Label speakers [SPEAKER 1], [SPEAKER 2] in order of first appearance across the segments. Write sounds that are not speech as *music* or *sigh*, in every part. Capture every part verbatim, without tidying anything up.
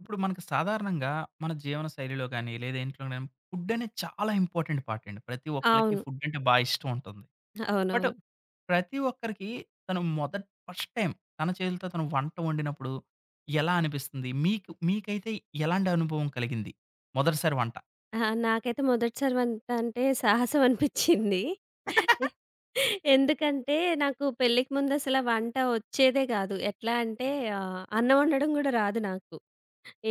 [SPEAKER 1] ఇప్పుడు మనకు సాధారణంగా మన జీవన శైలిలో గాని, లేదా ఇంట్లో గాని ఫుడ్ అనేది చాలా ఇంపార్టెంట్ పార్ట్ అండి. ప్రతి ఒక్కళ్ళకి
[SPEAKER 2] అవును.
[SPEAKER 1] ఫుడ్ అంటే బా ఇష్టం ఉంటుంది. బట్
[SPEAKER 2] అవునవును.
[SPEAKER 1] ప్రతి ఒక్కరికి తను మొదట్ ఫస్ట్ టైమ్ తన చేతులతో తను వంట వండినప్పుడు ఎలా అనిపిస్తుంది? మీకు మీకైతే ఎలాంటి అనుభవం కలిగింది? మొదటిసారి వంట.
[SPEAKER 2] ఆ! నాకైతే మొదటిసారి వంట అంటే సాహసం అనిపిచ్చింది. ఎందుకంటే, నాకు పెళ్ళికి ముందసల వంట వచ్చేదే గాదు. ఎట్లా అంటే ఆహ్, అన్నం వండడం గూడా రాదు నాకు.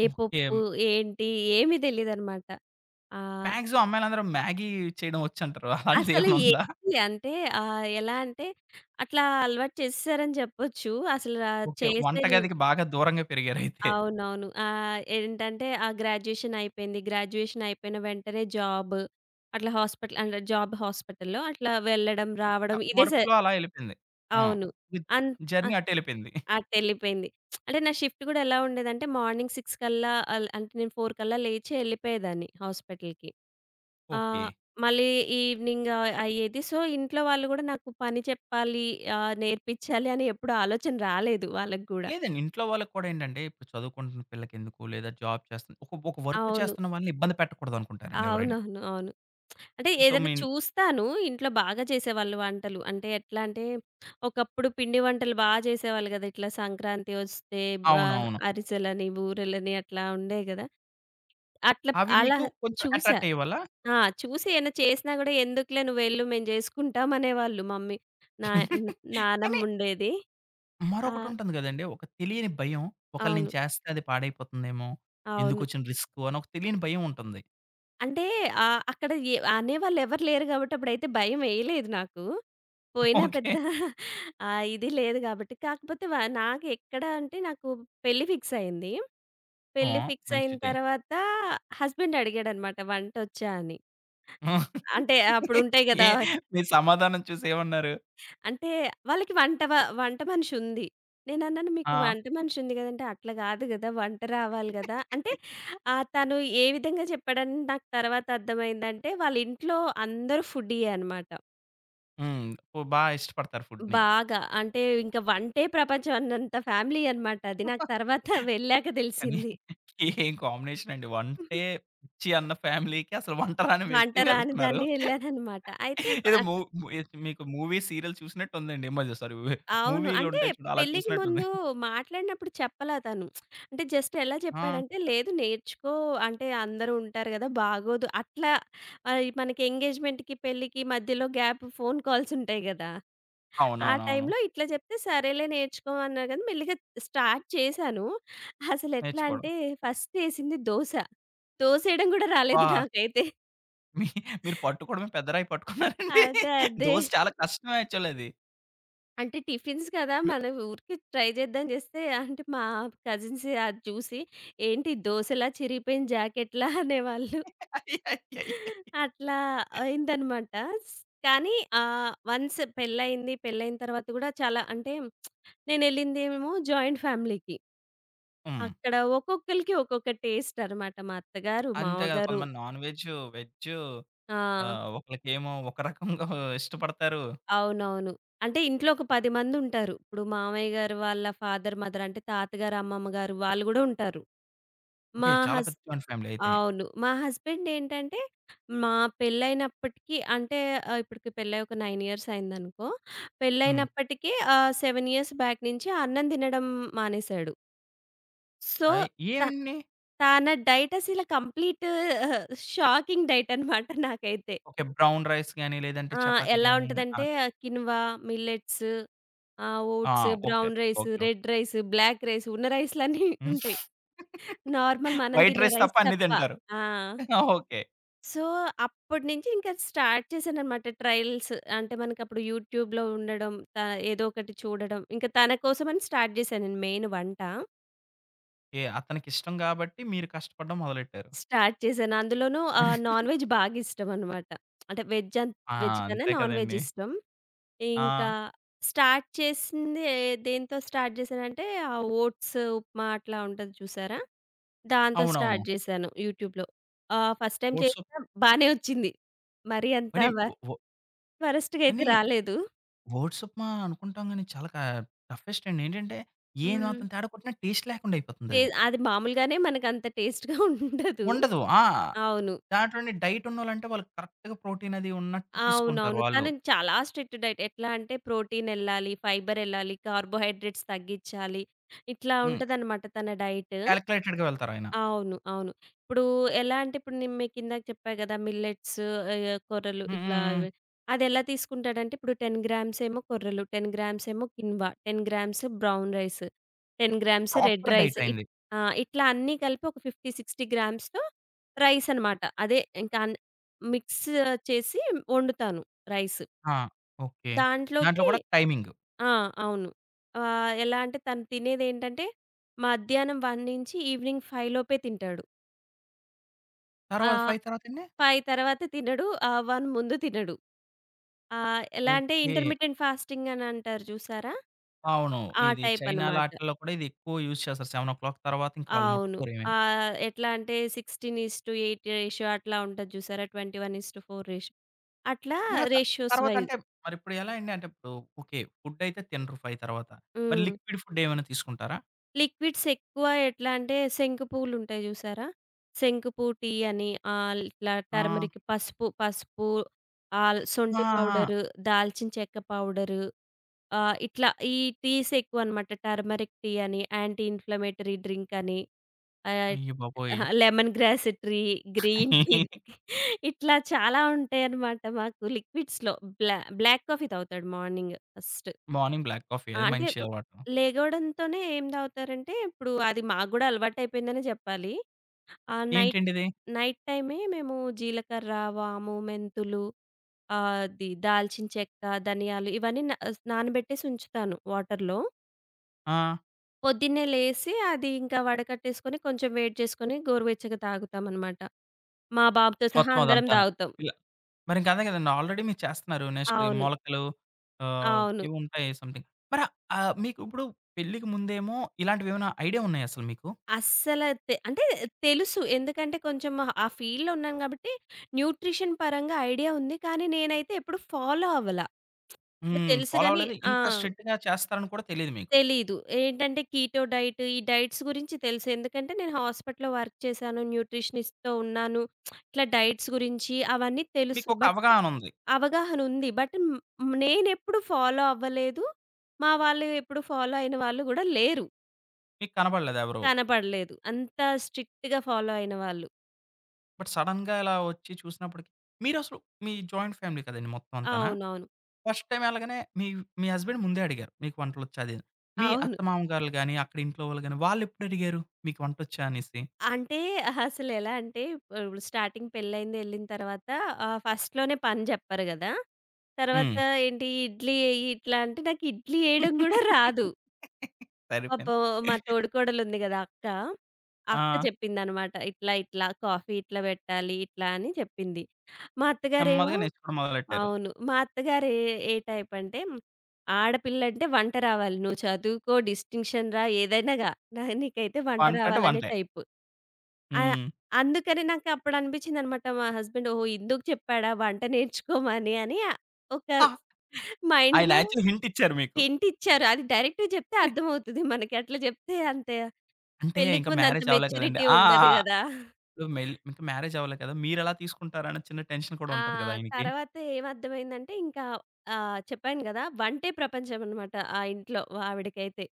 [SPEAKER 2] ఏ
[SPEAKER 1] ఓకే.
[SPEAKER 2] పప్పు, ఏంటి ఏమీ తెలీదనమాట. ఆహ్,
[SPEAKER 1] మాక్సిమం అమ్మాయిలందరూ మ్యాగీ చేయడం వచ్చంటారు.
[SPEAKER 2] అసలు
[SPEAKER 1] అలాంటిదేమైనా ఉందా?
[SPEAKER 2] ఏంటి అంటే ఆహ్, ఎలా అంటే అట్లా అలవాటు చేసేసారని జెప్పొచ్చు. అసలు
[SPEAKER 1] ఓకే.
[SPEAKER 2] చేసేది
[SPEAKER 1] వంటగదికి బాగా దూరంగా పెరిగారయితే.
[SPEAKER 2] అవునవును. ఆహ్, ఏంటంటే ఆ గ్రాడ్యుయేషన్ అయిపోయింది. గ్రాడ్యుయేషన్ అయిపోయిన వెంటనే జాబ్ అట్లా హాస్పిటల్ అంటే జాబ్ హాస్పిటల్‌లో అట్లా వెళ్ళడం,
[SPEAKER 1] ఇంకా
[SPEAKER 2] రావడం ఇదే స
[SPEAKER 1] వర్క్‌లో అలా ఎళ్ళిపోయింది. ఆ!
[SPEAKER 2] అవును. అన్ అ
[SPEAKER 1] జర్నీ అటెళ్ళిపోయింది.
[SPEAKER 2] అటెళ్ళిపోయింది. అంటే నా షిఫ్ట్ గూడా ఎలా ఉండేదంటే మార్నింగ్ ఆరు కల్లా అల్ అంటే నేను నాలుగు కల్లా లేచి ఎళ్ళిపోయేదాన్ని హాస్పిటల్‌కి.
[SPEAKER 1] ఓకే.
[SPEAKER 2] ఆహ్, మళ్ళీ ఈవినింగ్ ఆహ్, అయ్యేది. సో, ఇంట్లో వాళ్ళు గూడా నాకు పని చెప్పాలి, ఆహ్, నేర్పించాలి అని ఎప్పుడు ఆలోచన రాలేదు వాళ్ళకి గూడా.
[SPEAKER 1] లేదండి. ఇంట్లో వాళ్ళకి కూడా ఏంటంటే, ఇప్పుడు చదువుకుంటున్న పిల్లకెందుకు, లేదా జాబ్ చేస్తున్న ఒక ఒక వర్క్
[SPEAKER 2] అవును.
[SPEAKER 1] చేస్తున్న వాళ్ళని ఇబ్బంది
[SPEAKER 2] ఆ,
[SPEAKER 1] పెట్టకూడదనుకుంటారండి ఎవరైనా.
[SPEAKER 2] అవునవును. అవును. అంటే
[SPEAKER 1] సో,
[SPEAKER 2] ఏదైనా
[SPEAKER 1] మీన్
[SPEAKER 2] చూస్తాను. ఇంట్లో బాగా చేసేవాళ్ళు వంటలు. అంటే ఎట్లా అంటే, ఒకప్పుడు పిండి వంటలు బా చేసేవాళ్ళు గదా! ఇట్లా సంక్రాంతి వస్తే ఆహ్,
[SPEAKER 1] అవునవును.
[SPEAKER 2] అరిసెలని, బూరెలని అట్లా ఉండేయి గదా! అట్లా
[SPEAKER 1] అవి
[SPEAKER 2] అలా
[SPEAKER 1] మీకు కొంచెం
[SPEAKER 2] చూసా.
[SPEAKER 1] అట్రాక్ట్ అయ్యే వల్ల
[SPEAKER 2] ఆ! చూసి ఏమైనా చేసినా గూడా ఎందుకులే నువ్వెళ్ళు మేము జేసుకుంటాం అనేవాళ్ళు మమ్మీ. నా న
[SPEAKER 1] *laughs* కానీ
[SPEAKER 2] నానమ్ముండేది. ఆ!
[SPEAKER 1] మరొకటుంటుంది గదండీ! ఒక తెలియని భయం. ఒకవేళ
[SPEAKER 2] అవును.
[SPEAKER 1] నేను చేస్తే అది పాడైపోతుందేమో,
[SPEAKER 2] అవును.
[SPEAKER 1] ఎందుకొచ్చిన రిస్కు అని ఒక తెలియని భయం ఉంటుంది.
[SPEAKER 2] అంటే ఆహ్, అక్కడ ఎ అనేవాళ్ళు ఎవరు లేరు గాబట్టి అప్పుడైతే భయం ఎయలేదు నాకు. పోయినా
[SPEAKER 1] ఓకే.
[SPEAKER 2] పెద్ద ఆ! ఇది లేదు గాబట్టి. కాకపోతే వ నాకెక్కడ అంటే నాకు పెళ్లి ఫిక్స్ అయింది. పెళ్లి
[SPEAKER 1] ఓహ్!
[SPEAKER 2] ఫిక్స్ అయిన
[SPEAKER 1] మంచిదే.
[SPEAKER 2] తర్వాత హస్బెండ్ అడిగాడనమాట వంటొచ్చా అని.
[SPEAKER 1] *laughs*
[SPEAKER 2] అంటే అప్పుడు ఉంటాయి గదా!
[SPEAKER 1] ఏ మీ సమాధానం చూసి ఏమన్నారు?
[SPEAKER 2] అంటే వాళ్ళకి వంట వ వంట మనిషి ఉంది. నేనన్నాను మీకు
[SPEAKER 1] ఆ!
[SPEAKER 2] వంట మనిషి ఉంది గదంటే అట్లా గాదు గదా! వంట రావాలి గదా! అంటే
[SPEAKER 1] *laughs*
[SPEAKER 2] ఆహ్, తను ఏ విధంగా చెప్పాడని నాకు తర్వాత అర్థమైందంటే వాళ్ళ ఇంట్లో అందరూ ఫుడ్డీయే అనమాట.
[SPEAKER 1] హ్మ్. ఫు బా ఇష్టపడతారు ఫుడ్‌ని.
[SPEAKER 2] బాగా. అంటే ఇంక వంటే ప్రపంచం అన్నంత ఫ్యామిలీ అన్నమాట అది. నాకు
[SPEAKER 1] *laughs*
[SPEAKER 2] తర్వాత *laughs* వెళ్ళాక
[SPEAKER 1] కానీ
[SPEAKER 2] తెలిసింది.
[SPEAKER 1] ఏం కాంబినేషన్ అండి. వంటే పిచ్చి అన్న ఫ్యామిలీకి అసలు వంట రాని
[SPEAKER 2] వంట
[SPEAKER 1] వ్యక్తి
[SPEAKER 2] రాని
[SPEAKER 1] వెళ్తున్నారు.
[SPEAKER 2] దాన్ని ఎళ్ళానన్నమాట. అయితే
[SPEAKER 1] ఏదో
[SPEAKER 2] ఆహ్,
[SPEAKER 1] మూ ము మీకు మూవీ, సీరియల్ చూసినట్టు ఉందండి. మధ్య సారీ,
[SPEAKER 2] అవును.
[SPEAKER 1] మూవీలు
[SPEAKER 2] అంటే
[SPEAKER 1] ఉంటాయి చూడు అలా
[SPEAKER 2] పెళ్ళికి
[SPEAKER 1] చూసినట్టుంది.
[SPEAKER 2] ముందు మాట్లాడినప్పుడు చెప్పలా తను. అంటే జస్ట్ ఎలా
[SPEAKER 1] ఆ!
[SPEAKER 2] చెప్పాడంటే, "లేదు నేర్చుకో అంటే అందరూ ఉంటారు గదా! బాగోదు." అట్లా ఆహ్, మనకి ఎంగేజ్‌మెంట్‌కి, పెళ్ళికి మధ్యలో గ్యాప్ ఫోను కాల్స్ ఉంటాయి గదా! ఆ
[SPEAKER 1] అవునవునవును.
[SPEAKER 2] టైంలో ఇట్లా చెప్తే సరేలే నేర్చుకో అన్నారు కానీ మెల్లిగా స్టార్ట్ చేశాను. అసలెట్లా
[SPEAKER 1] నేర్చుకోవడం.
[SPEAKER 2] అంటే ఫస్ట్ ఏసింది దోస. దోసేయడం గూడా రాలేదు
[SPEAKER 1] వా!
[SPEAKER 2] నాకైతే.
[SPEAKER 1] మీ మీరు పట్టుకోవడమే పెద్ద రాయి పట్టుకున్నారండి.
[SPEAKER 2] అదే. అదే.
[SPEAKER 1] దోస చాలా కష్టం యాక్చువల్ అది.
[SPEAKER 2] అంటే టిఫిన్స్ కదా!
[SPEAKER 1] మీ
[SPEAKER 2] మనం ఊరికే ట్రై చేద్దాం చేస్తే అంటే మా కజిన్స్ అది చూసి "ఏంటి దోసలా చిరిగిపోయిన జాకెట్‌లా" అనేవాళ్ళు.
[SPEAKER 1] అయ్యయ్యయ్యో!
[SPEAKER 2] అట్లా అయిందనమాట. స్ కానీ ఆహ్, వన్స్ పెళ్ళయింది. పెళ్ళయిన తర్వాత గూడా చాలా అంటే నేనెళ్ళిందేమో జాయింట్ ఫ్యామిలీకి.
[SPEAKER 1] హ్మ్.
[SPEAKER 2] అక్కడ ఒక్కొక్కళ్ళకి ఒక్కొక్క టేస్ట్ అనమాట. మా అత్తగారు,
[SPEAKER 1] అంతే కాదు
[SPEAKER 2] మామగారు
[SPEAKER 1] కొంతమంది నాన్ వెజ్, వెజ్,
[SPEAKER 2] ఆ!
[SPEAKER 1] ఆహ్, ఒకళ్ళకేమో ఒక రకంగా ఇష్టపడతారు.
[SPEAKER 2] అవునవును. అంటే ఇంట్లో ఒక పది మందుంటారు. ఇప్పుడు మామయ్య గారు వాళ్ళ ఫాదర్, మదర్ అంటే తాతగారు, అమ్మమ్మ గారు వాళ్ళు గూడా ఉంటారు.
[SPEAKER 1] ఓకే.
[SPEAKER 2] మా
[SPEAKER 1] చాలా
[SPEAKER 2] హస్
[SPEAKER 1] పెద్ద జాయింట్ ఫ్యామిలీ అయితే.
[SPEAKER 2] అవును. మా హస్బెండ్ ఏంటంటే, మా పెళ్ళైనప్పటికి అంటే ఆహ్, ఇప్పటికి పెళ్ళై ఒక తొమ్మిది ఇయర్స్ అయిందనుకో.
[SPEAKER 1] హ్మ్.
[SPEAKER 2] పెళ్ళైనప్పటికి ఆహ్, ఏడు ఇయర్స్ బ్యాక్ నుంచి అన్నం తినడం మానేసాడు. సో,
[SPEAKER 1] అయి
[SPEAKER 2] త
[SPEAKER 1] ఏవండి?
[SPEAKER 2] తన డైట్ అసల కంప్లీట్ షాకింగ్ డైట్ అనమాట నాకైతే.
[SPEAKER 1] ఓకే. బ్రౌన్ రైస్ గాని, లేదంటే
[SPEAKER 2] ఆ!
[SPEAKER 1] చపాతీ
[SPEAKER 2] ఎలా
[SPEAKER 1] గాని
[SPEAKER 2] ఉంటదంటే
[SPEAKER 1] అదే.
[SPEAKER 2] కిన్వా, మిల్లెట్స్, ఆహ్,
[SPEAKER 1] ఆ!
[SPEAKER 2] Oats,
[SPEAKER 1] okay.
[SPEAKER 2] Brown rice,
[SPEAKER 1] okay. Okay.
[SPEAKER 2] Red rice, black rice ఉన్న రైస్‌లన్నీ ఉంటాయి.
[SPEAKER 1] *laughs*
[SPEAKER 2] నార్మల్
[SPEAKER 1] హ్మ్.
[SPEAKER 2] మనం
[SPEAKER 1] వైట్
[SPEAKER 2] తినే
[SPEAKER 1] రైస్ తప్ప
[SPEAKER 2] రైస్
[SPEAKER 1] అన్నీ
[SPEAKER 2] తప్ప.
[SPEAKER 1] తింటారు.
[SPEAKER 2] ఆ!
[SPEAKER 1] ఓకే.
[SPEAKER 2] సో, అప్పటినుంచి ఇంకా స్టార్ట్ చేశాననమాట ట్రయల్స్. అంటే మనకప్పుడు యూట్యూబ్‌లో ఉండడం, త ఏదో ఒకటి చూడడం, ఇంకా తన కోసమని స్టార్ట్ చేశాను నేను మెయిన్ వంట.
[SPEAKER 1] ఏ అతనికిష్టం గాబట్టి మీరు కష్టపడడం మొదలెట్టారు.
[SPEAKER 2] స్టార్ట్ చేశాను. అందులోనూ ఆహ్, నాన్ వెజ్ బాగిష్టమనమాట. అంటే వెజ్ అన్
[SPEAKER 1] ఆ!
[SPEAKER 2] వెజ్ కన్నా
[SPEAKER 1] అంతే
[SPEAKER 2] నాన్ వెజ్
[SPEAKER 1] కదండీ.
[SPEAKER 2] ఇష్టం.
[SPEAKER 1] ఆ!
[SPEAKER 2] ఇంకా స్టార్ట్ చేసింది దేనితో స్టార్ట్ చేశానంటే, ఆ ఓట్స్, ఉప్మా అట్లా ఉంటది చూసారా? దాంతో
[SPEAKER 1] అవునవును.
[SPEAKER 2] స్టార్ట్ చేశాను యూట్యూబ్‌లో. ఆహ్, ఫస్ట్ టైమ్
[SPEAKER 1] ఓట్స్ ఉప్
[SPEAKER 2] చేసినా బానే వచ్చింది. మరీ అంత
[SPEAKER 1] కానీ
[SPEAKER 2] వ
[SPEAKER 1] ఒ ఒ
[SPEAKER 2] వరస్ట్‌గా అయితే
[SPEAKER 1] కానీ
[SPEAKER 2] రాలేదు.
[SPEAKER 1] ఓట్స్ ఉప్మా అనుకుంటాం గానీ, చాలా క టఫెస్ట్ అండి. ఏంటంటే,
[SPEAKER 2] హ్మ్.
[SPEAKER 1] ఏమాత్రం తేడా కొట్టినా టేస్ట్ లేకుండా
[SPEAKER 2] టే
[SPEAKER 1] అయిపోతుందది.
[SPEAKER 2] అది మామూలుగానే మనకంత టేస్ట్‌గా *laughs* ఉండదు.
[SPEAKER 1] ఉండదు. ఆ!
[SPEAKER 2] అవును.
[SPEAKER 1] దాంట్లోని డైట్ ఉన్నోళ్ళంటే, వాళ్ళు కరెక్ట్‌గా ప్రోటీన్ అది ఉన్నట్టు తీసుకుంటారు
[SPEAKER 2] అవునవును.
[SPEAKER 1] వాళ్ళు.
[SPEAKER 2] తనని చాలా స్ట్రిక్ట్ డైట్. ఎట్లా అంటే ప్రోటీనెళ్ళాలి, ఫైబరెళ్ళాలి, కార్బోహైడ్రేట్స్ తగ్గిచ్చాలి. ఇట్లా
[SPEAKER 1] హ్మ్.
[SPEAKER 2] ఉంటదనమాట తన డైట్.
[SPEAKER 1] కాలిక్యులేటెడ్‌గా వెళ్తారాయన.
[SPEAKER 2] అవును. అవును. ఇప్పుడు ఎలా అంటే ఇప్పుడు నేను మీకిందాక చెప్పా గదా! మిల్లెట్స్ ఆహ్, కొర్రలు
[SPEAKER 1] హ్మ్. హ్మ్.
[SPEAKER 2] ఇట్లా
[SPEAKER 1] హ్మ్.
[SPEAKER 2] ఇవి అదెలా తీసుకుంటాడంటే ఇప్పుడు పది గ్రామ్స్ ఏమో కొర్రలు, పది గ్రామ్స్ ఏమో కిన్వా, పది గ్రామ్స్ బ్రౌన్ రైస్, పది grams red
[SPEAKER 1] proper
[SPEAKER 2] rice.
[SPEAKER 1] Diet
[SPEAKER 2] ఇట్
[SPEAKER 1] అయింది.
[SPEAKER 2] ఆ! ఇట్లా అన్నీ కలిపి ఒక యాభై, అరవై గ్రామ్స్‌తో రైస్ అనమాట. అదే ఇంకా అన్ మిక్స్ చేసి వండుతాను రైస్.
[SPEAKER 1] ఆ! ఓకే. దాంట్లో
[SPEAKER 2] దాంట్లోకి
[SPEAKER 1] కూడా టైమింగ్.
[SPEAKER 2] ఆ! అవును. ఆహ్, ఎలా అంటే తను తినేదేంటంటే మధ్యాహ్నం ఒకటి నుంచి ఈవినింగ్ ఐదు లోపే తింటాడు. ఆ!
[SPEAKER 1] తర్వాత ఐదు తర్వాతండి?
[SPEAKER 2] ఐదు తర్వాత తినడు. ఆహ్, ఒకటి ముందు తినడు. ఆహ్, ఎలా అంటే
[SPEAKER 1] ఓకే.
[SPEAKER 2] ఇంటర్మిటెంట్ ఫాస్టింగ్ అని అంటారు చూసారా?
[SPEAKER 1] అవును.
[SPEAKER 2] ఆ
[SPEAKER 1] ఇది
[SPEAKER 2] టైప్
[SPEAKER 1] చైనాలో
[SPEAKER 2] అనమాట.
[SPEAKER 1] ఆటిల్లో కూడా ఇది ఎక్కువ యూజ్ చేస్తారు. ఏడు తర్వాత ఇంక వాళ్ళు
[SPEAKER 2] అవును.
[SPEAKER 1] ముట్టుకోరు ఏమని.
[SPEAKER 2] ఆహ్, ఎట్లా అంటే పదహారు ఎనిమిది రేషియో అట్లా ఉంటది చూసారా? ఇరవై ఒకటి నాలుగు రేషియో అట్లా
[SPEAKER 1] మరి ఆ త
[SPEAKER 2] రేషియోస్
[SPEAKER 1] తర్వాత
[SPEAKER 2] వైస్
[SPEAKER 1] అంటే మరిప్పుడు ఎలా అండి? అంటే ఇప్పుడు ఓకే. ఫుడ్ అయితే తినరు ఐదు తర్వాత. మరి
[SPEAKER 2] హ్మ్.
[SPEAKER 1] లిక్విడ్ ఫుడ్ ఏమైనా తీసుకుంటారా?
[SPEAKER 2] లిక్విడ్స్ ఎక్కువ ఎట్లా అంటే శంకు పువ్వులు ఉంటాయి చూసారా? శంకు పువ్వు టీ అని ఆహ్, ఇట్లా
[SPEAKER 1] ఆ!
[SPEAKER 2] టర్మరిక్ పసుపు, పసుపు ఆహ్, సొంటి
[SPEAKER 1] ఆ! ఆ!
[SPEAKER 2] పౌడరు, దాల్చిన చెక్క పౌడరు ఆ! ఇట్లా ఈ టీస్ ఎక్కువనమాట. టర్మరిక్ టీ అని, యాంటీ ఇన్‌ఫ్లమేటరీ డ్రింక్ అని, ఆహ్,
[SPEAKER 1] అయ్యబాబోయ్!
[SPEAKER 2] అహా! Lemon grass tree, green tea
[SPEAKER 1] *laughs*
[SPEAKER 2] ఇట్లా చాలా ఉంటాయన్నమాట మాకు లిక్విడ్స్‌లో. బ్లా బ్లాక్ కాఫీ తాగుతాడు morning first.
[SPEAKER 1] Morning black coffee
[SPEAKER 2] ఆ!
[SPEAKER 1] అది
[SPEAKER 2] అంటే
[SPEAKER 1] మంచి
[SPEAKER 2] హ్మ్,
[SPEAKER 1] అలవాటు.
[SPEAKER 2] లెగవడంతోనే ఏం తాగుతారంటే ఇప్పుడు అది మాకు గూడా అలవాటయిపోయిందనే జెప్పాలి. ఆ! నైట్
[SPEAKER 1] ఏంటండి ఇది?
[SPEAKER 2] నైట్ టైమే మేము జీలకర్ర, వాము, మెంతులు ఆహ్, అది దాల్చిన చెక్క, ధనియాలు ఇవన్నీ నా నానబెట్టేసి ఉంచుతాను వాటర్‌లో.
[SPEAKER 1] ఆ!
[SPEAKER 2] పొద్దున్నే లేసి అది ఇంకా వడకట్టేసుకొని కొంచెం వేడి చేసుకొని గోరువెచ్చగా తాగుతామనమాట. మా బాబుతో సహా
[SPEAKER 1] మొత్తం
[SPEAKER 2] అందరం
[SPEAKER 1] అదంతాన.
[SPEAKER 2] తాగుతాం.
[SPEAKER 1] మరింక అదే గదండీ. ఆల్రెడీ మీరు చేస్తున్నారు. నెక్స్ట్
[SPEAKER 2] అవును.
[SPEAKER 1] మొలకలు, ఆహ్,
[SPEAKER 2] అవును.
[SPEAKER 1] ఇవి ఉంటాయి సమ్‌థింగ్. మరి ఆహ్, మీకు ఇప్పుడు పెళ్ళికి ముందేమో ఇలాంటివేమైనా ఐడియా ఉన్నాయా అసలు మీకు?
[SPEAKER 2] అస్సల తె అంటే తెలుసు. ఎందుకంటే కొంచెం ఆ ఫీల్డ్‌లో ఉన్నాను కాబట్టి న్యూట్రిషన్ పరంగా ఐడియా ఉంది. కానీ నేనైతే ఎప్పుడు ఫాలో అవ్వల. అంటే
[SPEAKER 1] హ్మ్.
[SPEAKER 2] తెలుసు
[SPEAKER 1] ఫాలో
[SPEAKER 2] గాని
[SPEAKER 1] అవ్వలేదు.
[SPEAKER 2] ఆ!
[SPEAKER 1] ఇంత స్ట్రిక్ట్‌గా చేస్తారని కూడా తెలీదు మీకు.
[SPEAKER 2] తెలీదు. ఏంటంటే కీటో డైట్ ఈ డైట్స్ గురించి తెలుసు. ఎందుకంటే నేను హాస్పిటల్‌లో వర్క్ చేశాను. న్యూట్రిషనిస్ట్‌తో ఉన్నాను. ఇట్లా డైట్స్ గురించి అవన్నీ తెలుసు.
[SPEAKER 1] మీకొక
[SPEAKER 2] బట్
[SPEAKER 1] అవగాహన ఉంది.
[SPEAKER 2] అవగాహన ఉంది. బట్ హ్మ్, నేనెప్పుడు ఫాలో అవ్వలేదు. మా వాళ్ళు ఎప్పుడు ఫాలో అయిన వాళ్ళు గూడా లేరు.
[SPEAKER 1] మీకు కనబడలేదు ఎవరు.
[SPEAKER 2] కనపడలేదు. అంత స్ట్రిక్ట్‌గా ఫాలో అయిన వాళ్ళు.
[SPEAKER 1] బట్ సడెన్‌గా ఇలా వచ్చి చూసినప్పటికి మీరసలు మీ జాయింట్ ఫ్యామిలీ కదండీ మొత్తం అంతానా.
[SPEAKER 2] అవునవును.
[SPEAKER 1] ఫస్ట్ టైమ్ ఎళ్ళగానే మీ మీ హస్బెండ్ ముందే అడిగారు. మీకు వంటలొచ్చా అది అని. మీ
[SPEAKER 2] అవును.
[SPEAKER 1] అత్త మామగారులు గాని, అక్కడ ఇంట్లో వాళ్ళు గాని వాళ్ళెప్పుడడిగారు మీకు వంటొచ్చా అనేసి?
[SPEAKER 2] అంటే అసలెలా అంటే ఇప్పుడు స్టార్టింగ్ పెళ్ళయింది, ఎళ్ళిన తర్వాత ఆహ్, ఫస్ట్‌లోనే పని జెప్పరు గదా! తర్వాత
[SPEAKER 1] హ్మ్.
[SPEAKER 2] ఏంటి ఇడ్లీ ఎయ్యి ఇట్లా అంటే నాకు ఇడ్లీ ఎయడం గూడా రాదు.
[SPEAKER 1] సరిపోయింది.
[SPEAKER 2] పాపం మా తోడికోడలుంది గదా! అక్క.
[SPEAKER 1] ఆ!
[SPEAKER 2] అక్క చెప్పిందనమాట. ఇట్లా, ఇట్లా కాఫీ ఇట్లా బెట్టాలి ఇట్లా అని చెప్పింది. మా అత్తగారేమో
[SPEAKER 1] నెమ్మదిగా నేర్చుకోవడం మొదలెట్టారు.
[SPEAKER 2] అవును. మా అత్తగారు ఏ, ఏ టైప్ అంటే ఆడపిల్లంటే వంట రావాలి. నువ్వు చదువుకో, డిస్టింక్షన్ రా, ఏదైనా గా. నా నీకైతే వంట
[SPEAKER 1] వంటంటే
[SPEAKER 2] రావాలనే
[SPEAKER 1] వంటే.
[SPEAKER 2] టైపు. ఆ!
[SPEAKER 1] హ్మ్.
[SPEAKER 2] అందుకని నాకు అప్పుడు అనిపించిందనమాట మా హస్బెండ్ ఓహో! ఇందుకు చెప్పాడా వంట నేర్చుకోమని అని ఆ- ఒక
[SPEAKER 1] ఆహ్! ఆయన
[SPEAKER 2] మైండ్‌లో
[SPEAKER 1] యాక్చువల్లి హింట్ ఇచ్చారు మీకు.
[SPEAKER 2] హింట్ ఇచ్చారు. అది డైరెక్ట్‌గా చెప్తే అర్థమవుతది మనకి. అట్లా చెప్తే అంత
[SPEAKER 1] అంటే
[SPEAKER 2] పెళ్ళికి
[SPEAKER 1] ఇంకా
[SPEAKER 2] ముందు అంత
[SPEAKER 1] మ్యారేజ్ అవ్వలే కదండీ.
[SPEAKER 2] మెచ్యూరిటీ
[SPEAKER 1] ఆ!
[SPEAKER 2] ఉండదు
[SPEAKER 1] ఆ!
[SPEAKER 2] గదా!
[SPEAKER 1] ఇప్పుడు మెల్ ఇంకా మ్యారేజ్ అవ్వలే కదా! మీరెలా తీసుకుంటారన్న చిన్న టెన్షన్ కూడా
[SPEAKER 2] ఆ!
[SPEAKER 1] ఉంటది కదా ఆయనకి.
[SPEAKER 2] తర్వాత ఏమర్థమైందంటే ఇంకా ఆహ్, చెప్పాను గదా! వంటే ప్రపంచం అన్నమాట ఆ ఇంట్లో ఆవిడకైతే.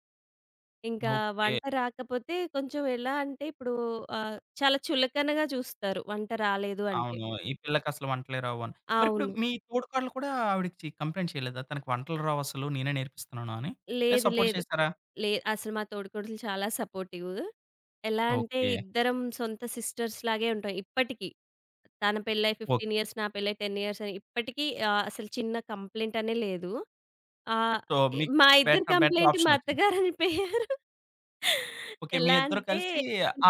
[SPEAKER 2] ఇంకా
[SPEAKER 1] ఓకే.
[SPEAKER 2] వంట రాకపోతే కొంచెం ఎలా అంటే ఇప్పుడు ఆహ్, చాలా చులకనగా చూస్తారు వంట రాలేదు అంటే.
[SPEAKER 1] అవును. ఈ పిల్లకసలు వంటలే రావని. మరిప్పుడు
[SPEAKER 2] అవును.
[SPEAKER 1] మీ తోడికోడలు కూడా ఆవిడకి చి కంప్లెయింట్ చేయలేదా? తనకి వంటలు రావసలు నేనే నేర్పిస్తున్నాను అని? లేదు
[SPEAKER 2] లేదు.
[SPEAKER 1] సపోర్ట్
[SPEAKER 2] లేదు.
[SPEAKER 1] చేసారా?
[SPEAKER 2] లే అసలు మా తోడికోడలు చాలా సపోర్టివ్. ఎలా అంటే
[SPEAKER 1] ఓకే.
[SPEAKER 2] ఇద్దరం సొంత సిస్టర్స్ లాగే ఉంటాం ఇప్పటికి. తన పెళ్ళై
[SPEAKER 1] ఓకే.
[SPEAKER 2] పదిహేను ఇయర్స్, నా పెళ్ళై పది ఇయర్స్ అని ఇప్పటికీ ఆహ్, అసలు చిన్న కంప్లెయింట్ అనే లేదు. ఆహ్,
[SPEAKER 1] సో, మీకు
[SPEAKER 2] మా ఇద్దరి
[SPEAKER 1] బెటర్ బెటర్
[SPEAKER 2] కంప్లెయింట్ మా
[SPEAKER 1] ఆప్షన్ ఒచ్చింది.
[SPEAKER 2] అత్తగారనిపోయారు.
[SPEAKER 1] ఓకే. మీ
[SPEAKER 2] ఎలా
[SPEAKER 1] ఇద్దరు
[SPEAKER 2] అంటే
[SPEAKER 1] కలిసి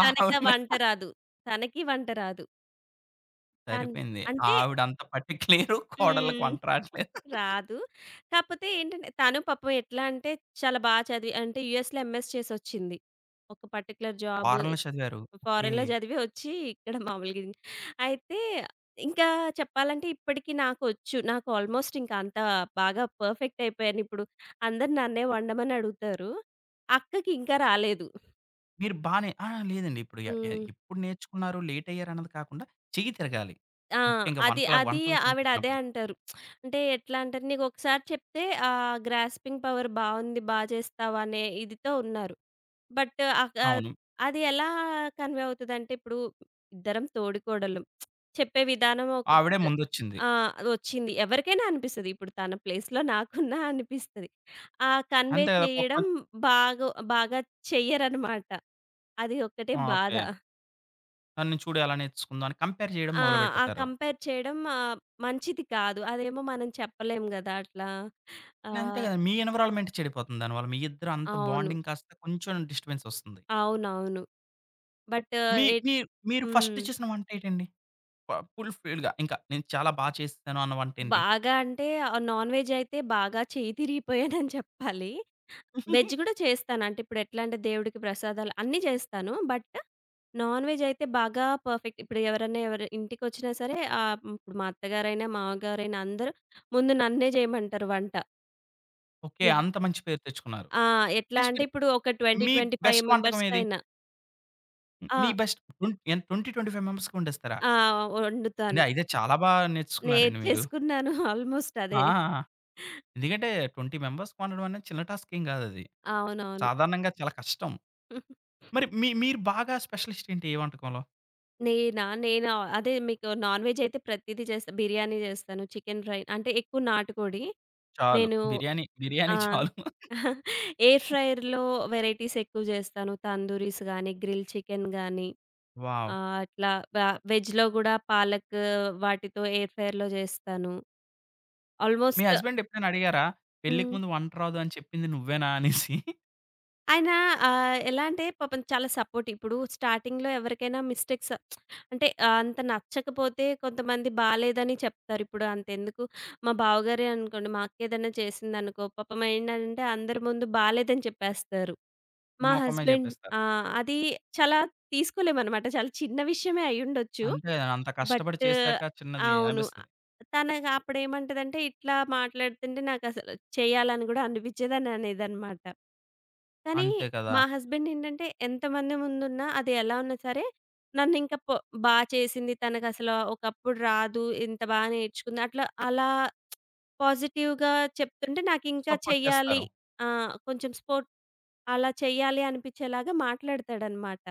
[SPEAKER 2] తనకా
[SPEAKER 1] ఆవిడ మే
[SPEAKER 2] వంట రాదు. తనకి వంట రాదు. తన్
[SPEAKER 1] సరిపోయింది.
[SPEAKER 2] అంటే
[SPEAKER 1] ఆవిడంత పర్టిక్యులరు. కోడళ్ళకి
[SPEAKER 2] హ్మ్.
[SPEAKER 1] వంట రాట్లేదు.
[SPEAKER 2] రాదు. కాపోతే ఏంటంటే తను పాపం ఎట్లా అంటే చాలా బా చదివి అంటే యూఎస్‌లో ఎంఎస్ చేసొచ్చింది. ఒక పర్టిక్యులర్ జాబ్
[SPEAKER 1] ఫారెన్‌లో చదివారు. ఓకే.
[SPEAKER 2] ఫారెన్‌లో చదివి వచ్చి ఇక్కడ మామూలుగా ఇది అయితే ఇంకా చెప్పాలంటే ఇప్పటికి నాకొచ్చు. నాకు ఆల్‌మోస్ట్ ఇంకా అంత బాగా పర్ఫెక్ట్ అయిపోయాను. ఇప్పుడు అందరూ నన్నే వండమని అడుగుతారు. అక్కకి ఇంకా రాలేదు.
[SPEAKER 1] మీరు బానే, ఆ! లేదండి. ఇప్పుడు ఎ ఎ
[SPEAKER 2] హ్మ్.
[SPEAKER 1] ఎప్పుడు నేర్చుకున్నారు, లేటయ్యారు అన్నది కాకుండా చెయ్యి తిరగాలి.
[SPEAKER 2] ఆ!
[SPEAKER 1] ముఖ్యంగా
[SPEAKER 2] అది
[SPEAKER 1] వంటల
[SPEAKER 2] అది
[SPEAKER 1] వంట
[SPEAKER 2] ఆవిడ అదే
[SPEAKER 1] విషయానికొచ్చినప్పుడు.
[SPEAKER 2] అంటారు. అంటే ఎట్లా అంటారు, "నీకొకసారి చెప్తే ఆ గ్రాస్పింగ్ పవర్ బావుంది, బా చేస్తావు" అనే ఇదితో ఉన్నారు. బట్ అక
[SPEAKER 1] అవును.
[SPEAKER 2] అది ఎలా కన్వే అవుతదంటే, ఇప్పుడు ఇద్దరం తోడికోడళ్ళం. చెప్పే విధానం ఒకటి
[SPEAKER 1] ఆవిడే ముందొచ్చింది.
[SPEAKER 2] ఆ! వచ్చింది. ఎవరికైనా అనిపిస్తది. ఇప్పుడు తన ప్లేస్‌లో నాకున్నా అనిపిస్తది. ఆ కన్వే
[SPEAKER 1] అంతే కదా! కుక్క
[SPEAKER 2] చేయడం బాగో బాగా చెయ్యరనమాట. అది ఒక్కటే
[SPEAKER 1] ఆ!
[SPEAKER 2] బాధ.
[SPEAKER 1] ఓకే. "ఆ! నేను చూడు ఎలా నేర్చుకుందో" అని కంపేర్ చేయడం
[SPEAKER 2] ఆ! ఆ
[SPEAKER 1] మొదలుపెడతారు.
[SPEAKER 2] కంపేర్ చేయడం ఆహ్, మంచిది కాదు. అదేమో మనం చెప్పలేం గదా! అట్లా.
[SPEAKER 1] అంతే
[SPEAKER 2] ఆహ్,
[SPEAKER 1] కదా! మీ ఎన్విరాన్మెంట్ చెడిపోతుంది దానివల్ల. మీ ఇద్దరు అంత
[SPEAKER 2] అవును.
[SPEAKER 1] బాండింగ్ కాస్త కొంచెం డిస్టర్బెన్స్ వస్తుంది.
[SPEAKER 2] అవునవును. బట్
[SPEAKER 1] మీ
[SPEAKER 2] ఎట్
[SPEAKER 1] మీ మీరు
[SPEAKER 2] హ్మ్.
[SPEAKER 1] ఫస్ట్ చేసిన వంట ఏంటండి? ప ఫుల్ ఫిల్‌గా ఇంకా నేను చాలా బా చేసేసాను అన్న వంటేంటి?
[SPEAKER 2] బాగా అంటే ఆహ్, నాన్ వెజ్ అయితే బాగా చేయి తిరిగిపోయానని *laughs* చెప్పాలి. వెజ్ గూడా చేస్తాను. అంటే ఇప్పుడు ఎట్లా అంటే దేవుడికి ప్రసాదాలు అన్నీ చేస్తాను. బట్ నాన్ వెజ్ అయితే బాగా పర్ఫెక్ట్. ఇప్పుడు ఎవరన్నా ఎవరు ఇంటికొచ్చినా సరే ఆహ్, ఇప్పుడు మా అత్తగారైనా, మామగారైనా అందరూ ముందు నన్నే జేయమంటారు వంట.
[SPEAKER 1] ఓకే.
[SPEAKER 2] నువ్
[SPEAKER 1] అంత మంచి పేరు తెచ్చుకున్నారు.
[SPEAKER 2] ఆ! ఎట్లా
[SPEAKER 1] నెక్స్ట్
[SPEAKER 2] అంటే
[SPEAKER 1] మీరు
[SPEAKER 2] ఇప్పుడు ఒక ఇరవై,
[SPEAKER 1] మీ
[SPEAKER 2] ఇరవై ఐదు
[SPEAKER 1] బెస్ట్ వంటకం ఏది?
[SPEAKER 2] మెంబర్స్‌కైనా ఆ!
[SPEAKER 1] మీ బెస్ట్ ట్వెన్ ఎంత ఇరవై, ఇరవై ఐదు మెంబర్స్‌కి వండేస్తారా?
[SPEAKER 2] ఆ! వండుతాను.
[SPEAKER 1] అండి అయితే చాలా బా నేర్చుకున్నారండి మీరు.
[SPEAKER 2] నేర్చేసుకున్నాను ఆల్‌మోస్ట్ *laughs* అదే.
[SPEAKER 1] ఆ! ఎందుకంటే ఇరవై మెంబర్స్‌కి వండడం అనేది చిన్న టాస్క్ ఏం కాదది.
[SPEAKER 2] అవునవును.
[SPEAKER 1] సాధారణంగా చాలా కష్టం. మరి మీ మీరు బాగా స్పెషలిస్ట్ ఏంటి ఏ వంటకంలో?
[SPEAKER 2] నేనా? నేను అదే మీకు నాన్ వెజ్ అయితే ప్రతీదీ చేస్తా. బిర్యానీ చేస్తాను. చికెన్ ఫ్రై అంటే ఎక్కువ నాటుకోడి.
[SPEAKER 1] చాలు.
[SPEAKER 2] నేను
[SPEAKER 1] బిర్యానీ,
[SPEAKER 2] ఆ!
[SPEAKER 1] బిర్యానీ చాలు.
[SPEAKER 2] *laughs* ఎయిర్ ఫ్రైయర్‌లో వెరైటీస్ ఎక్కువ చేస్తాను. తందూరీస్ గానీ, గ్రిల్ చికెన్ గానీ
[SPEAKER 1] వావ్!
[SPEAKER 2] ఆహ్, అట్లా వ వెజ్‌లో గూడా పాలక్ వాటితో ఎయిర్ ఫ్రైయర్‌లో చేస్తాను.
[SPEAKER 1] మీ
[SPEAKER 2] ఆల్‌మోస్ట్
[SPEAKER 1] హస్బెండ్ ఎప్పుడైనా అడిగారా? పెళ్ళికి
[SPEAKER 2] హ్మ్.
[SPEAKER 1] ముందు వంట రాదు అని చెప్పింది నువ్వేనా అనేసి?
[SPEAKER 2] ఆయన ఆహ్, ఎలా అంటే పాపం చాలా సపోర్ట్. ఇప్పుడు స్టార్టింగ్‌లో ఎవరికైనా మిస్టేక్స్ అంటే ఆహ్, అంత నచ్చకపోతే కొంతమంది బాలేదని చెప్తారు. ఇప్పుడు అంతెందుకు మా బావగారే అనుకోండి, మా అక్కేదైనా చేసిందనుకో పాపం ఏంటంటే అందరి ముందు బాలేదని చెప్పేస్తారు. మా
[SPEAKER 1] మొఖం మీద
[SPEAKER 2] హస్బెండ్
[SPEAKER 1] చెప్పేస్తారు.
[SPEAKER 2] ఆ! అది చాలా తీసుకోలేమనమాట. చాలా చిన్న విషయమే అయ్యుండొచ్చు.
[SPEAKER 1] అంతే కదా, అంత కష్టపడి
[SPEAKER 2] బట్
[SPEAKER 1] చేసాక చిన్నది
[SPEAKER 2] అవును.
[SPEAKER 1] అనిపిస్తది.
[SPEAKER 2] తనకి అప్పుడేమంటదంటే, ఇట్లా మాట్లాడుతుంటే నాకసలు చేయాలని గూడా అనిపిచ్చేదని అనేదనమాట. కానీ
[SPEAKER 1] అంతే కదా!
[SPEAKER 2] మా హస్బెండ్ ఏంటంటే, ఎంతమంది ముందున్నా, అది ఎలా ఉన్నా సరే, నన్నింక పొ బా చేసింది తనకసలు ఒకప్పుడు రాదు, ఇంత బా నేర్చుకుంది. అట్లా అలా పాజిటివ్‌గా చెప్తుంటే నాకింకా
[SPEAKER 1] సపోర్ట్
[SPEAKER 2] చెయ్యాలి
[SPEAKER 1] చేస్తారు.
[SPEAKER 2] ఆ! కొంచెం స్పోర్ట్ అలా చెయ్యాలి అనిపిచ్చేలాగా మాట్లాడతాడనమాట.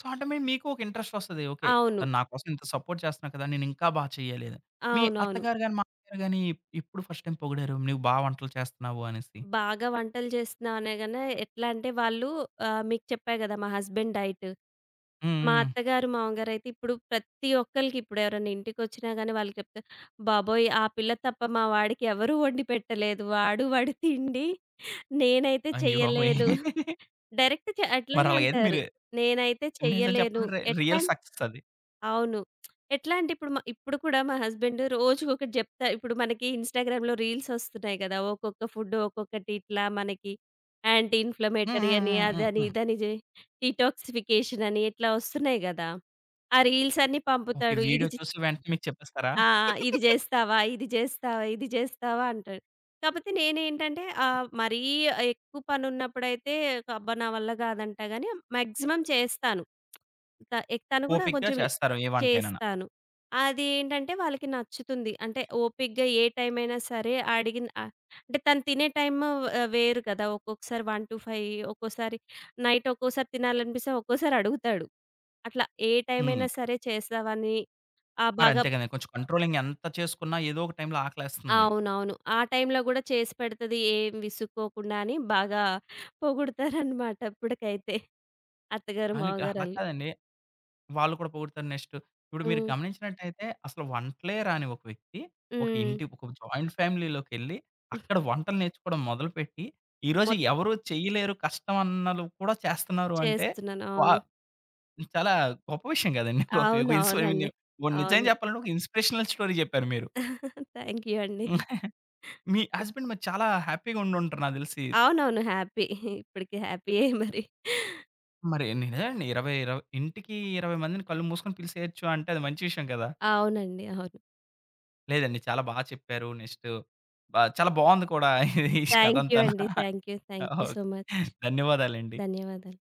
[SPEAKER 1] సో, అంటే మీ మీకు ఒక ఇంట్రెస్ట్ వస్తది. ఓకే.
[SPEAKER 2] అవును.
[SPEAKER 1] తను నా కోసం ఇంత సపోర్ట్ చేస్తున్నారు కదా! నేను ఇంకా బా చేయాలి అని. మీ
[SPEAKER 2] అవునవును.
[SPEAKER 1] అత్తగారు గాని, మామగారు గాని ఎప్పుడు ఫస్ట్ టైమ్ పొగిడారు? నువ్వు బా వంటలు చేస్తున్నావు అనేసి?
[SPEAKER 2] బాగా వంటలు చేస్తున్నా అనగానే ఎట్లా అంటే వాళ్ళు ఆహ్, మీకు చెప్పా గదా! మా హస్బెండ్ డైట్.
[SPEAKER 1] హ్మ్.
[SPEAKER 2] మా
[SPEAKER 1] హ్మ్.
[SPEAKER 2] అత్తగారు, మామగారయితే ఇప్పుడు ప్రతి ఒక్కళ్ళకి ఇప్పుడు ఎవరైనా ఇంటికొచ్చినా గాని వాళ్ళు చెప్తారు, "బాబోయ్! ఆ పిల్ల తప్ప మా వాడికి ఎవరు వండి పెట్టలేదు. వాడు వాడి తిండి. నేనైతే
[SPEAKER 1] అయ్య బాబోయ్!
[SPEAKER 2] చెయ్యలేను." డైరెక్ట్ చె
[SPEAKER 1] మరి
[SPEAKER 2] అట్లాగే
[SPEAKER 1] అలాగైతే
[SPEAKER 2] అంటారు.
[SPEAKER 1] మీరు
[SPEAKER 2] "నేనైతే
[SPEAKER 1] నిజం
[SPEAKER 2] చెయ్యలేను."
[SPEAKER 1] చెప్పాలంటే రి
[SPEAKER 2] ఎట్లా
[SPEAKER 1] రియల్ సక్సెస్ అది.
[SPEAKER 2] అవును. ఎట్లా అంటే ఇప్పుడు మ ఇప్పుడు కూడా మా హస్బెండ్ రోజుకొకటి జెప్తా ఇప్పుడు మనకి ఇన్‌స్టాగ్రామ్‌లో రీల్స్ ఒస్తున్నాయి గదా! ఒక్కొక్క ఫుడ్ ఒక్కొక్కటి ఇట్లా మనకి యాంటీ
[SPEAKER 1] హ్మ్.
[SPEAKER 2] ఇన్‌ఫ్లమేటరీ
[SPEAKER 1] హ్మ్.
[SPEAKER 2] అని,
[SPEAKER 1] హ్మ్. హ్మ్.
[SPEAKER 2] అదని,
[SPEAKER 1] హ్మ్.
[SPEAKER 2] ఇదని జె డీటాక్సిఫికేషన్ అని ఇట్లా ఒస్తున్నాయి గదా! ఆ రీల్స్ అన్నీ
[SPEAKER 1] ఓకే.
[SPEAKER 2] పంపుతాడు. ఇది
[SPEAKER 1] వీడియో
[SPEAKER 2] జె
[SPEAKER 1] చూసి వెంటనే మీకు చెప్పేస్తారా?
[SPEAKER 2] ఆ! ఇది జేస్తావా? ఇది జేస్తావా? ఇది జేస్తావా? అంటాడు. కాపోతే నేనేంటంటే ఆహ్, మరీ ఎక్కువ పనున్నప్పుడైతే అబ్బా! నా వల్ల గాదంటా గాని మాక్సిమం చేస్తాను. త ఎ తను గూడా
[SPEAKER 1] ఓపికగా
[SPEAKER 2] కొంచెం
[SPEAKER 1] చేస్తారు ఏ వంటైనను.
[SPEAKER 2] చేస్తాను. అదేంటంటే వాళ్ళకి నచ్చుతుంది. అంటే ఓపికగా ఏ టైమైనా సరే అడిగిన ఆహ్, అంటే తను తినే టైము ఆహ్, వేరు కదా! ఒక్కొక్కసారి ఒకటి నుంచి ఐదు ఒక్కోసారి నైట్ ఒక్కోసారి తినాలనిపిస్తే ఒక్కోసారి అడుగుతాడు. అట్లా ఏ
[SPEAKER 1] హ్మ్.
[SPEAKER 2] టైమైనా సరే చేస్తావని ఆ!
[SPEAKER 1] మరి
[SPEAKER 2] బాగా
[SPEAKER 1] అంతే కదండీ! కొంచెం కంట్రోలింగ్ ఎంత చేసుకున్నా ఏదో ఒక టైంలో ఆకలేస్తుంది.
[SPEAKER 2] అవునవును. ఆ టైంలో గూడా చేసి పెడతది ఏం విసుక్కోకుండా అని బాగా పొగుడుతారనమాట ఇప్పటికైతే. అత్తగారు,
[SPEAKER 1] దానికి అలా
[SPEAKER 2] మామగారాళ్ళు.
[SPEAKER 1] కాదండి. వాళ్ళు కూడా పొగుడుతారు. నెక్స్ట్ ఇప్పుడు మీరు
[SPEAKER 2] హ్మ్.
[SPEAKER 1] గమనించినట్టయితే అసలు వంటలే రాని ఒక వ్యక్తి ఒక
[SPEAKER 2] హ్మ్.
[SPEAKER 1] ఇంటి ఒక జాయింట్ ఫ్యామిలీలోకెళ్ళి అక్కడ వంటలు నేర్చుకోవడం మొదలుపెట్టి, ఈరోజు
[SPEAKER 2] మొత్
[SPEAKER 1] ఎవరు చేయలేరు కష్టం అన్నలు కూడా చేస్తున్నారు అంటే
[SPEAKER 2] చేస్తున్నాను.
[SPEAKER 1] వా
[SPEAKER 2] అవును.
[SPEAKER 1] చాలా గొప్ప విషయం కదండీ! ఒక ఇన్స్పైర్
[SPEAKER 2] అవునవునండి.
[SPEAKER 1] నిజం
[SPEAKER 2] అవును.
[SPEAKER 1] చెప్పాలంటే ఒక ఇన్స్పిరేషనల్ స్టోరీ చెప్పారు మీరు.
[SPEAKER 2] థ్యాంక్ యూ అండి.
[SPEAKER 1] మీ హస్బెండ్ మరి చాలా హ్యాపీగా ఉండుంటారు నాకు తెలిసి.
[SPEAKER 2] అవునవును. హ్యాపీ. ఇప్పటికి హ్యాపీయే మరి.
[SPEAKER 1] మరి నిజమే అండి. 20, ఇరవై ఇంటికి ఇరవై మందిని కళ్ళు మూసుకొని పిలిసేయొచ్చు అంటే అది మంచి విషయం కదా!
[SPEAKER 2] అవునండి. అవును.
[SPEAKER 1] లేదండి. చాలా బా చెప్పారు. నెక్స్ట్ బా చాలా బావుంది కూడా *laughs* ఈ కథ
[SPEAKER 2] థ్యాంక్ యూ
[SPEAKER 1] అంతాన.
[SPEAKER 2] అండి. Thank you. Thank you
[SPEAKER 1] okay.
[SPEAKER 2] So much.
[SPEAKER 1] ధన్యవాదాలండి.
[SPEAKER 2] ధన్యవాదాలు.